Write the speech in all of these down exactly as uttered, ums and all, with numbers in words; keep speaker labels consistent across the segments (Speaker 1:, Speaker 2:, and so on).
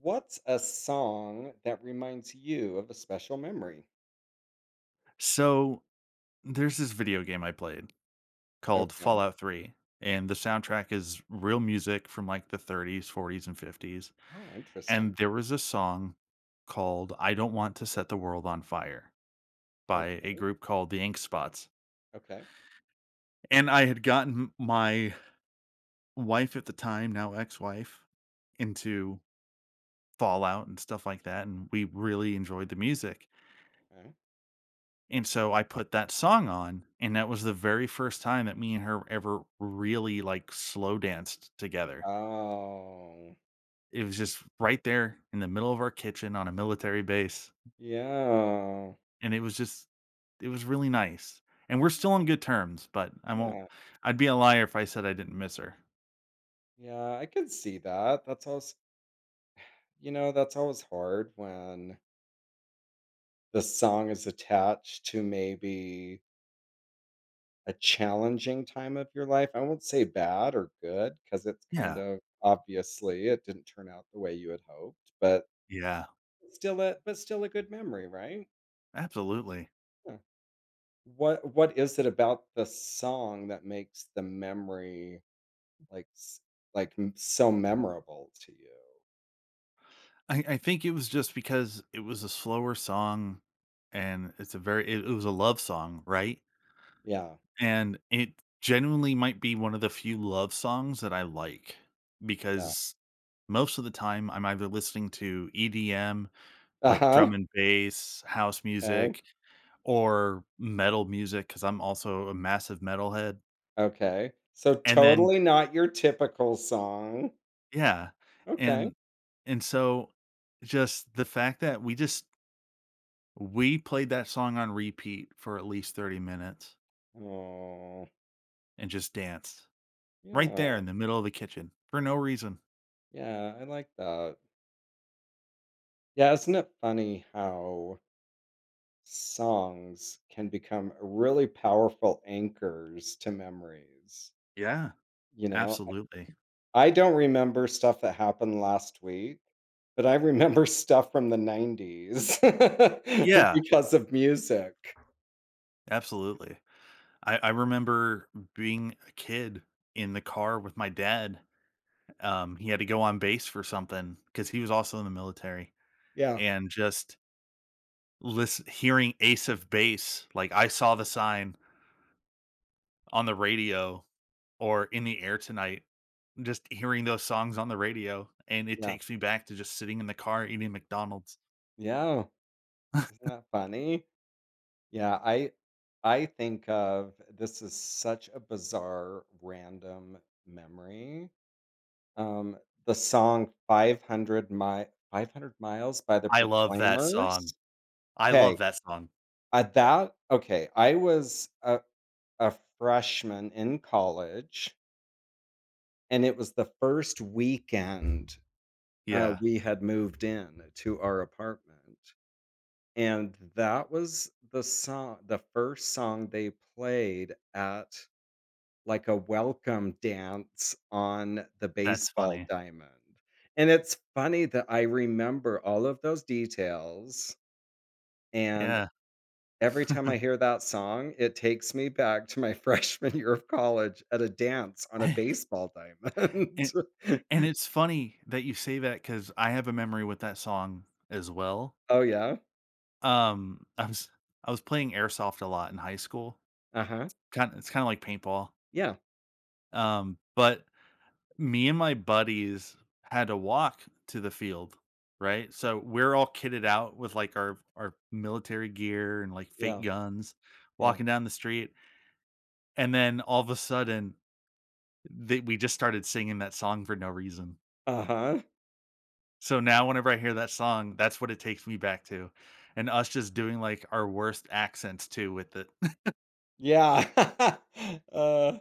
Speaker 1: What's a song that reminds you of a special memory?
Speaker 2: So there's this video game I played called
Speaker 1: Okay.
Speaker 2: Fallout three, and the soundtrack is real music from like the thirties, forties, and fifties.
Speaker 1: Oh,
Speaker 2: And
Speaker 1: interesting.
Speaker 2: there was a song called "I Don't Want to Set the World on Fire" by a
Speaker 1: Okay.
Speaker 2: group called the Ink Spots.
Speaker 1: Okay.
Speaker 2: And I had gotten my wife at the time, now ex wife, into Fallout and stuff like that. And we really enjoyed the music.
Speaker 1: Okay.
Speaker 2: And so I put that song on, and that was the very first time that me and her ever really, like, slow danced together.
Speaker 1: Oh,
Speaker 2: It was just right there in the middle of our kitchen on a military base,
Speaker 1: yeah.
Speaker 2: and it was just it was really nice. And we're still on good terms, but I won't
Speaker 1: Yeah.
Speaker 2: I'd be a liar if I said I didn't miss her.
Speaker 1: Yeah, I could see that. That's always, you know, that's always hard when the song is attached to maybe a challenging time of your life. I won't say bad or good because it's kind
Speaker 2: Yeah.
Speaker 1: of obviously it didn't turn out the way you had hoped, but
Speaker 2: Yeah.
Speaker 1: still a but still a good memory, right?
Speaker 2: Absolutely.
Speaker 1: Yeah. What what is it about the song that makes the memory, like, s like, m so memorable to you?
Speaker 2: I I think it was just because it was a slower song and it's a very it it was a love song, right?
Speaker 1: Yeah,
Speaker 2: And it genuinely might be one of the few love songs that I like
Speaker 1: yeah.
Speaker 2: because most of the time I'm either listening to E D M, like drum
Speaker 1: Uh-huh.
Speaker 2: and bass, house
Speaker 1: Okay,
Speaker 2: music, or metal music because I'm also a massive metalhead.
Speaker 1: okay. So,
Speaker 2: And then
Speaker 1: totally not your typical song.
Speaker 2: yeah,
Speaker 1: Okay.
Speaker 2: and and so just the fact that we just we played that song on repeat for at least thirty minutes
Speaker 1: Oh,
Speaker 2: and just danced right there
Speaker 1: yeah,
Speaker 2: in the middle of the kitchen for no reason.
Speaker 1: yeah, I like that. Yeah, isn't it funny how songs can become really powerful anchors to memories,
Speaker 2: Yeah,
Speaker 1: you know? I
Speaker 2: absolutely.
Speaker 1: I don't remember stuff that happened last week, but I remember stuff from the nineties
Speaker 2: Yeah,
Speaker 1: because of music.
Speaker 2: absolutely. I I remember being a kid in the car with my dad. Um, he had to go on base for something because he was also in the military,
Speaker 1: Yeah,
Speaker 2: and just listen hearing Ace of Base, like, "I Saw the Sign" on the radio, or "In the Air Tonight," just hearing those songs on the radio, and it
Speaker 1: yeah,
Speaker 2: takes me back to just sitting in the car eating McDonald's.
Speaker 1: yeah. Isn't that funny? Yeah, I I think of this is such a bizarre random memory. Um, the song five hundred mi five hundred Miles by The
Speaker 2: I love that song.
Speaker 1: Proclaimers.
Speaker 2: I
Speaker 1: Okay,
Speaker 2: love that song.
Speaker 1: at that okay, I was a a freshman in college, and it was the first weekend. Uh,
Speaker 2: Yeah,
Speaker 1: we had moved in to our apartment, and that was the song the first song they played at, like, a welcome dance on the
Speaker 2: that's
Speaker 1: baseball
Speaker 2: funny.
Speaker 1: diamond, and it's funny that I remember all of those details, and
Speaker 2: Yeah.
Speaker 1: every time I hear that song, it takes me back to my freshman year of college at a dance on a baseball
Speaker 2: and,
Speaker 1: diamond.
Speaker 2: And it's funny that you say that because I have a memory with that song as well.
Speaker 1: Oh, yeah?
Speaker 2: Um, I was I was playing airsoft a lot in high school.
Speaker 1: Uh-huh.
Speaker 2: Kind It's kinda like paintball.
Speaker 1: Yeah.
Speaker 2: Um, but me and my buddies had to walk to the field, right? So we're all kitted out with, like, our our military gear and, like, fake
Speaker 1: Yeah.
Speaker 2: guns
Speaker 1: Yeah.
Speaker 2: walking down the street, and then all of a sudden, they we just started singing that song for no reason.
Speaker 1: Uh-huh.
Speaker 2: So now whenever I hear that song, that's what it takes me back to, and us just doing, like, our worst accents too with it.
Speaker 1: Yeah. Uh,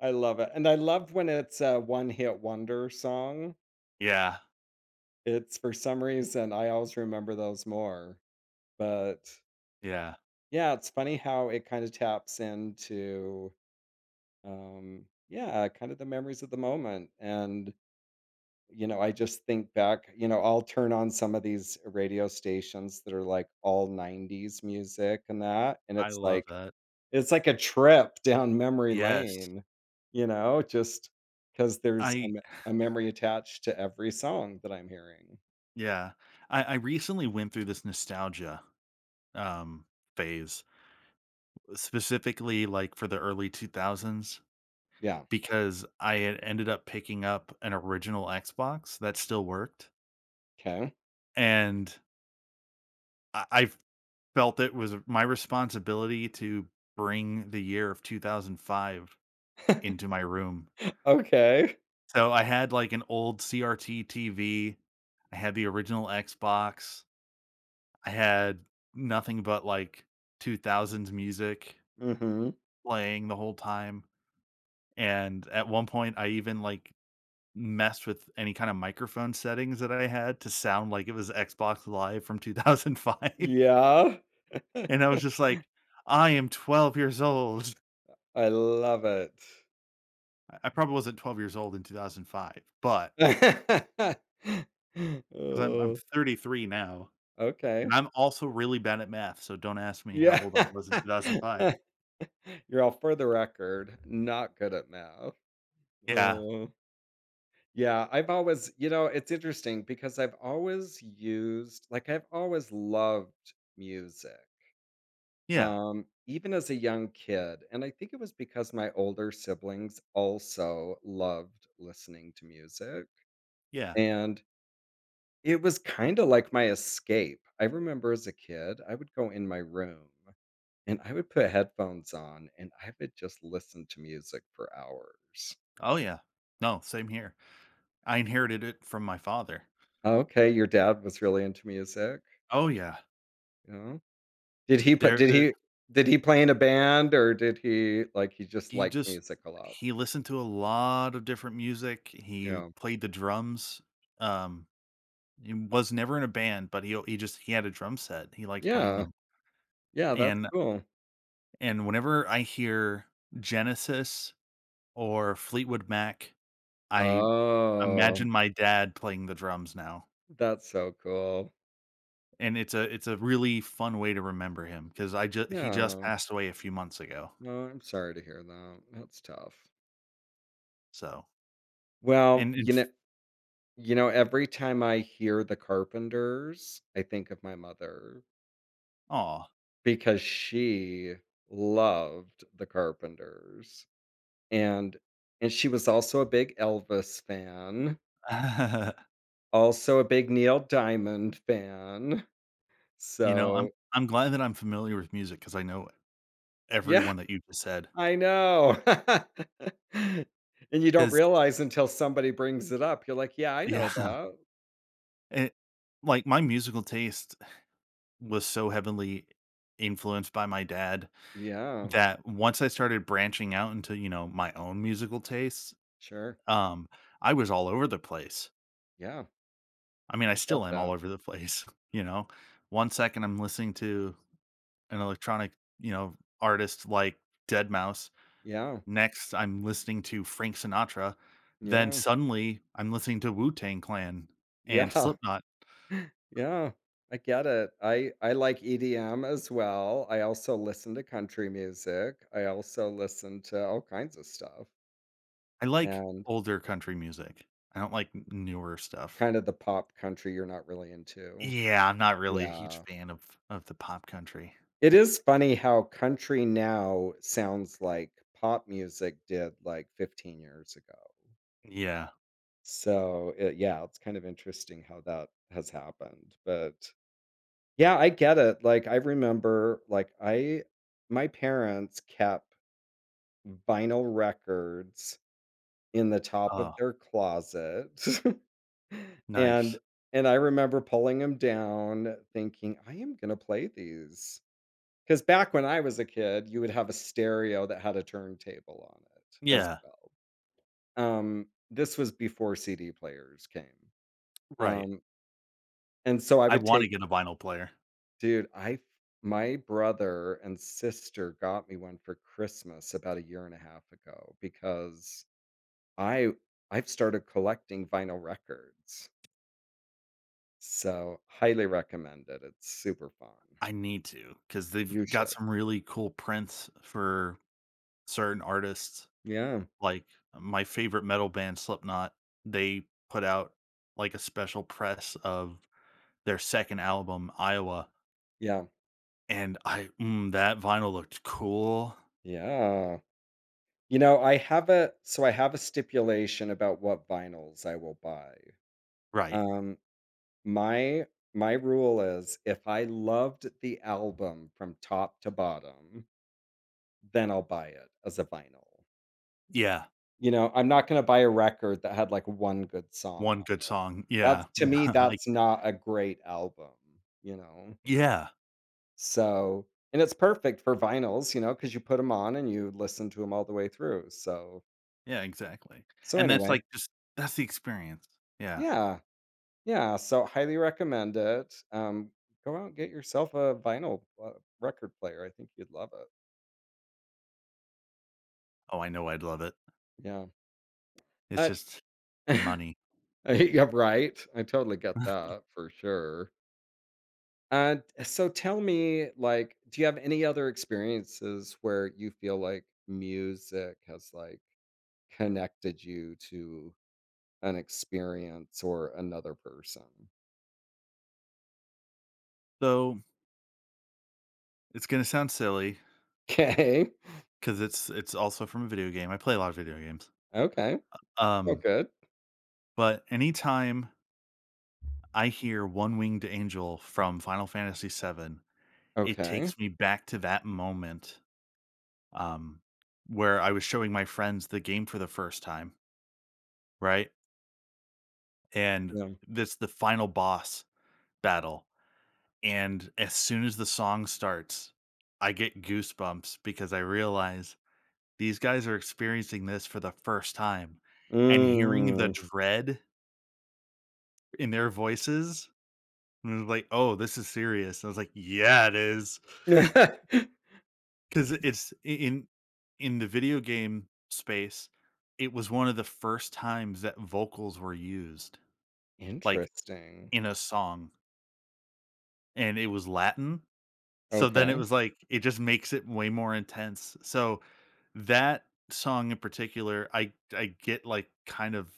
Speaker 1: I love it, and I love when it's a one-hit wonder song.
Speaker 2: Yeah,
Speaker 1: It's for some reason, I always remember those more, but,
Speaker 2: yeah,
Speaker 1: yeah, it's funny how it kinda taps into, um, yeah, kind of the memories of the moment, and, you know, I just think back, you know, I'll turn on some of these radio stations that are, like, all nineties music and that, and
Speaker 2: I
Speaker 1: it's
Speaker 2: love
Speaker 1: like
Speaker 2: that.
Speaker 1: it's like a trip down memory
Speaker 2: Yes,
Speaker 1: lane, you know, just because there's a
Speaker 2: I
Speaker 1: me a memory attached to every song that I'm hearing.
Speaker 2: yeah, I I recently went through this nostalgia, um, phase, specifically, like, for the early two thousands
Speaker 1: Yeah,
Speaker 2: because I had ended up picking up an original Xbox that still worked,
Speaker 1: 'kay.
Speaker 2: and I I felt it was my responsibility to bring the year of two thousand five into my room.
Speaker 1: Okay.
Speaker 2: So I had like an old C R T T V. I had the original Xbox. I had nothing but like two thousands music
Speaker 1: Mhm.
Speaker 2: playing the whole time. And at one point, I even like messed with any kind of microphone settings that I had to sound like it was Xbox Live from two thousand five.
Speaker 1: Yeah.
Speaker 2: And I was just like, I am twelve years old.
Speaker 1: I love it.
Speaker 2: I I probably wasn't twelve years old in two thousand five, but 'cause I'm I'm
Speaker 1: Oh,
Speaker 2: thirty-three now, and
Speaker 1: okay.
Speaker 2: I'm also really bad at math, so don't ask me how
Speaker 1: Yeah.
Speaker 2: old I was in two thousand five.
Speaker 1: You're all, "For the record, not good at math."
Speaker 2: Yeah.
Speaker 1: Oh. Yeah, I've always you know, it's interesting because I've always used like, I've always loved music,
Speaker 2: Yeah.
Speaker 1: um, even as a young kid, and I think it was because my older siblings also loved listening to music,
Speaker 2: Yeah.
Speaker 1: and it was kinda like my escape. I remember as a kid, I would go in my room, and I would put headphones on, and I would just listen to music for hours.
Speaker 2: Oh, yeah. No, same here. I inherited it from my father.
Speaker 1: "Okay, your dad was really into music?"
Speaker 2: Oh, yeah.
Speaker 1: You Did he put
Speaker 2: There
Speaker 1: did
Speaker 2: there
Speaker 1: he did he play in a band, or did he like, he just
Speaker 2: he
Speaker 1: liked
Speaker 2: just
Speaker 1: music a lot?
Speaker 2: he listened to a lot of different music. He
Speaker 1: Yeah.
Speaker 2: played the drums. Um, he was never in a band, but he he just he had a drum set. He liked playing
Speaker 1: Yeah.
Speaker 2: them.
Speaker 1: Yeah, that's
Speaker 2: And
Speaker 1: cool.
Speaker 2: and whenever I hear Genesis or Fleetwood Mac, I
Speaker 1: Oh,
Speaker 2: imagine my dad playing the drums now,
Speaker 1: that's so cool.
Speaker 2: and it's a it's a really fun way to remember him because I just he just
Speaker 1: Yeah.
Speaker 2: passed away a few months ago,
Speaker 1: No, I'm sorry to hear that. That's tough.
Speaker 2: so
Speaker 1: Well,
Speaker 2: and and
Speaker 1: you know, you know, every time I hear The Carpenters, I think of my mother
Speaker 2: aw.
Speaker 1: because she loved The Carpenters, and and she was also a big Elvis fan. Also a big Neil Diamond fan.
Speaker 2: You know,
Speaker 1: So
Speaker 2: I'm I'm glad that I'm familiar with music because I know
Speaker 1: yeah,
Speaker 2: everyone that you just said said.
Speaker 1: I know. And you don't
Speaker 2: 'Cause
Speaker 1: realize until somebody brings it up. You're like, "Yeah, I know
Speaker 2: yeah,
Speaker 1: that."
Speaker 2: it like, my musical taste was so heavily influenced by my dad
Speaker 1: Yeah,
Speaker 2: that once I started branching out into, you know, my own musical tastes.
Speaker 1: sure.
Speaker 2: Um, I was all over the place.
Speaker 1: Yeah,
Speaker 2: I mean, I
Speaker 1: I
Speaker 2: still
Speaker 1: get
Speaker 2: am all
Speaker 1: that.
Speaker 2: over the place, you know? One second I'm listening to an electronic, you know, artist like Dead Mouse.
Speaker 1: Yeah,
Speaker 2: Next, I'm listening to Frank Sinatra. Then
Speaker 1: yeah,
Speaker 2: suddenly I'm listening to Wu-Tang Clan and
Speaker 1: yeah,
Speaker 2: Slipknot.
Speaker 1: yeah. I get it. I I like E D M as well. I also listen to country music. I also listen to all kinds of stuff
Speaker 2: I like
Speaker 1: and
Speaker 2: older country music. I don't like n newer stuff.
Speaker 1: kind of the pop country you're not really into.
Speaker 2: Yeah, I'm not really a huge
Speaker 1: Yeah.
Speaker 2: fan of of the pop country.
Speaker 1: It is funny how country now sounds like pop music did like fifteen years ago.
Speaker 2: Yeah.
Speaker 1: So, it, yeah, it's kind of interesting how that has happened. But yeah, I get it. Like, I remember, like, I, my parents kept vinyl records in the top of
Speaker 2: Oh,
Speaker 1: their closet. and,
Speaker 2: nice.
Speaker 1: and I remember pulling them down thinking, I am going to play these. 'Cause back when I was a kid, you would have a stereo that had a turntable on it as
Speaker 2: Yeah,
Speaker 1: well. Um, this was before C D players came.
Speaker 2: right.
Speaker 1: Um, and so I
Speaker 2: I
Speaker 1: would
Speaker 2: wanna
Speaker 1: take
Speaker 2: get a vinyl player.
Speaker 1: dude, I my brother and sister got me one for Christmas about a year and a half ago because I I've started collecting vinyl records. So, highly recommend it. It's super fun.
Speaker 2: I need to because 'cause they've
Speaker 1: You
Speaker 2: got
Speaker 1: should.
Speaker 2: some really cool prints for certain artists.
Speaker 1: Yeah.
Speaker 2: Like, uh, my favorite metal band, Slipknot, they put out, like, a special press of their second album, Iowa,
Speaker 1: Yeah.
Speaker 2: and I mm, that vinyl looked cool.
Speaker 1: Yeah. You know, I have a so I have a stipulation about what vinyls I will buy.
Speaker 2: Right.
Speaker 1: Um, my my rule is if I loved the album from top to bottom, then I'll buy it as a vinyl.
Speaker 2: Yeah.
Speaker 1: You know, I'm not gonna buy a record that had like one good song on
Speaker 2: One good
Speaker 1: it.
Speaker 2: song.
Speaker 1: That's
Speaker 2: Yeah.
Speaker 1: to me,
Speaker 2: Like
Speaker 1: that's not a great album, you know?
Speaker 2: yeah.
Speaker 1: So, and it's perfect for vinyls, you know, because you put them on and you listen to them all the way through. So,
Speaker 2: Yeah, exactly.
Speaker 1: so
Speaker 2: And that's, like,
Speaker 1: anyway,
Speaker 2: just that's the experience. Yeah.
Speaker 1: yeah. Yeah, so highly recommend it. Um, go out and get yourself a vinyl uh, record player. I think you'd love it.
Speaker 2: Oh, I know I'd love it.
Speaker 1: Yeah.
Speaker 2: It's
Speaker 1: Uh,
Speaker 2: just money.
Speaker 1: yeah, right. I totally get that for sure. Uh, so tell me, like, do you have any other experiences where you feel like music has like connected you to an experience or another person?
Speaker 2: So it's gonna sound silly.
Speaker 1: Okay.
Speaker 2: 'Cause it's it's also from a video game. I play a lot of video games.
Speaker 1: Okay. Oh,
Speaker 2: Um,
Speaker 1: good.
Speaker 2: but anytime I hear "One Winged Angel" from Final Fantasy the seventh, it
Speaker 1: Okay.
Speaker 2: takes me back to that moment, um, where I was showing my friends the game for the first time, right? And
Speaker 1: Yeah.
Speaker 2: this the final boss battle, and as soon as the song starts, I get goosebumps because I realize these guys are experiencing this for the first time, and hearing the
Speaker 1: Mm.
Speaker 2: dread in their voices, and it was like, "Oh, this is serious." I was like, "Yeah, it is," because it's I in in the video game space, it was one of the first times that vocals were used, like,
Speaker 1: Interesting.
Speaker 2: in a song, and it was Latin, so then it
Speaker 1: Okay.
Speaker 2: was like, it just makes it way more intense, so that song in particular, I I get, like, kind of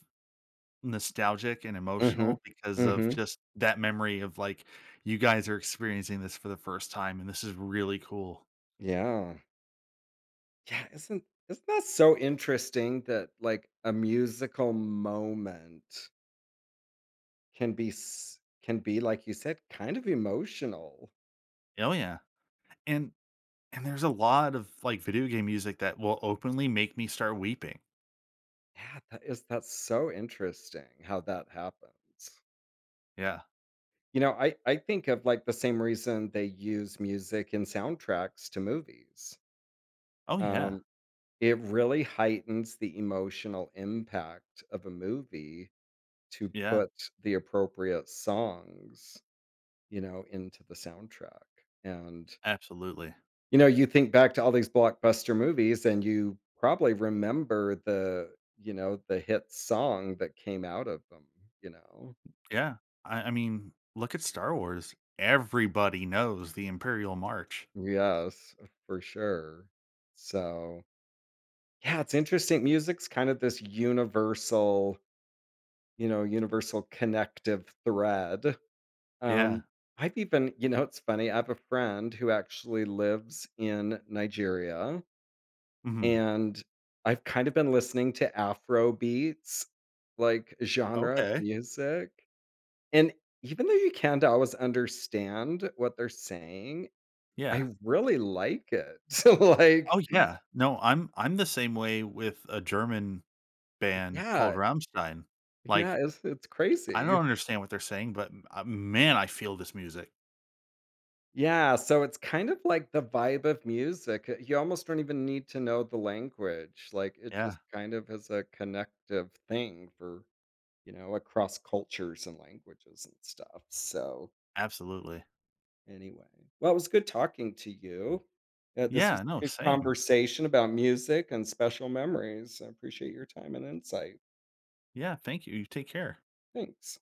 Speaker 2: nostalgic and
Speaker 1: Mhm.
Speaker 2: emotional because of
Speaker 1: Mhm.
Speaker 2: just that memory of, like, you guys are experiencing this for the first time, and this is really cool.
Speaker 1: Yeah. Yeah, isn't isn't that so interesting that like a musical moment can be s can be, like you said, kind of emotional.
Speaker 2: Oh, yeah. And and there's a lot of, like, video game music that will openly make me start weeping.
Speaker 1: Yeah, that is that's so interesting how that happens.
Speaker 2: Yeah.
Speaker 1: You know, I I think of, like, the same reason they use music in soundtracks to movies.
Speaker 2: Oh, yeah.
Speaker 1: Um, it really heightens the emotional impact of a movie to
Speaker 2: Yeah.
Speaker 1: put the appropriate songs, you know, into the soundtrack, and,
Speaker 2: Absolutely.
Speaker 1: you know, you think back to all these blockbuster movies, and you probably remember the, you know, the hit song that came out of them, you know?
Speaker 2: Yeah. I I mean, look at Star Wars. Everybody knows the Imperial March.
Speaker 1: Yes, for sure. So, yeah, it's interesting. Music's kind of this universal, you know, universal connective thread.
Speaker 2: Yeah.
Speaker 1: Um, I've even you know, it's funny, I have a friend who actually lives in Nigeria,
Speaker 2: Mhm.
Speaker 1: and I've kind of been listening to Afro beats, like, genre of
Speaker 2: Okay.
Speaker 1: music, and even though you can't always understand what they're saying, I
Speaker 2: Yeah.
Speaker 1: really like it. So, like
Speaker 2: Oh, yeah. No, I'm I'm the same way with a German band called
Speaker 1: yeah,
Speaker 2: Rammstein.
Speaker 1: yeah,
Speaker 2: Like,
Speaker 1: it's it's
Speaker 2: I
Speaker 1: crazy.
Speaker 2: don't understand what they're saying, but m uh, man, I feel this music.
Speaker 1: Yeah, so it's kind of like the vibe of music. Uh, You almost don't even need to know the language. Like it
Speaker 2: Yeah,
Speaker 1: just kind of is a connective thing for, you know, across cultures and languages and stuff. So,
Speaker 2: absolutely.
Speaker 1: anyway, well, it was good talking to you. Uh, this was
Speaker 2: Yeah,
Speaker 1: a
Speaker 2: no,
Speaker 1: good
Speaker 2: same.
Speaker 1: conversation about music and special memories. I appreciate your time and insight.
Speaker 2: Yeah, thank you. You take care.
Speaker 1: Thanks.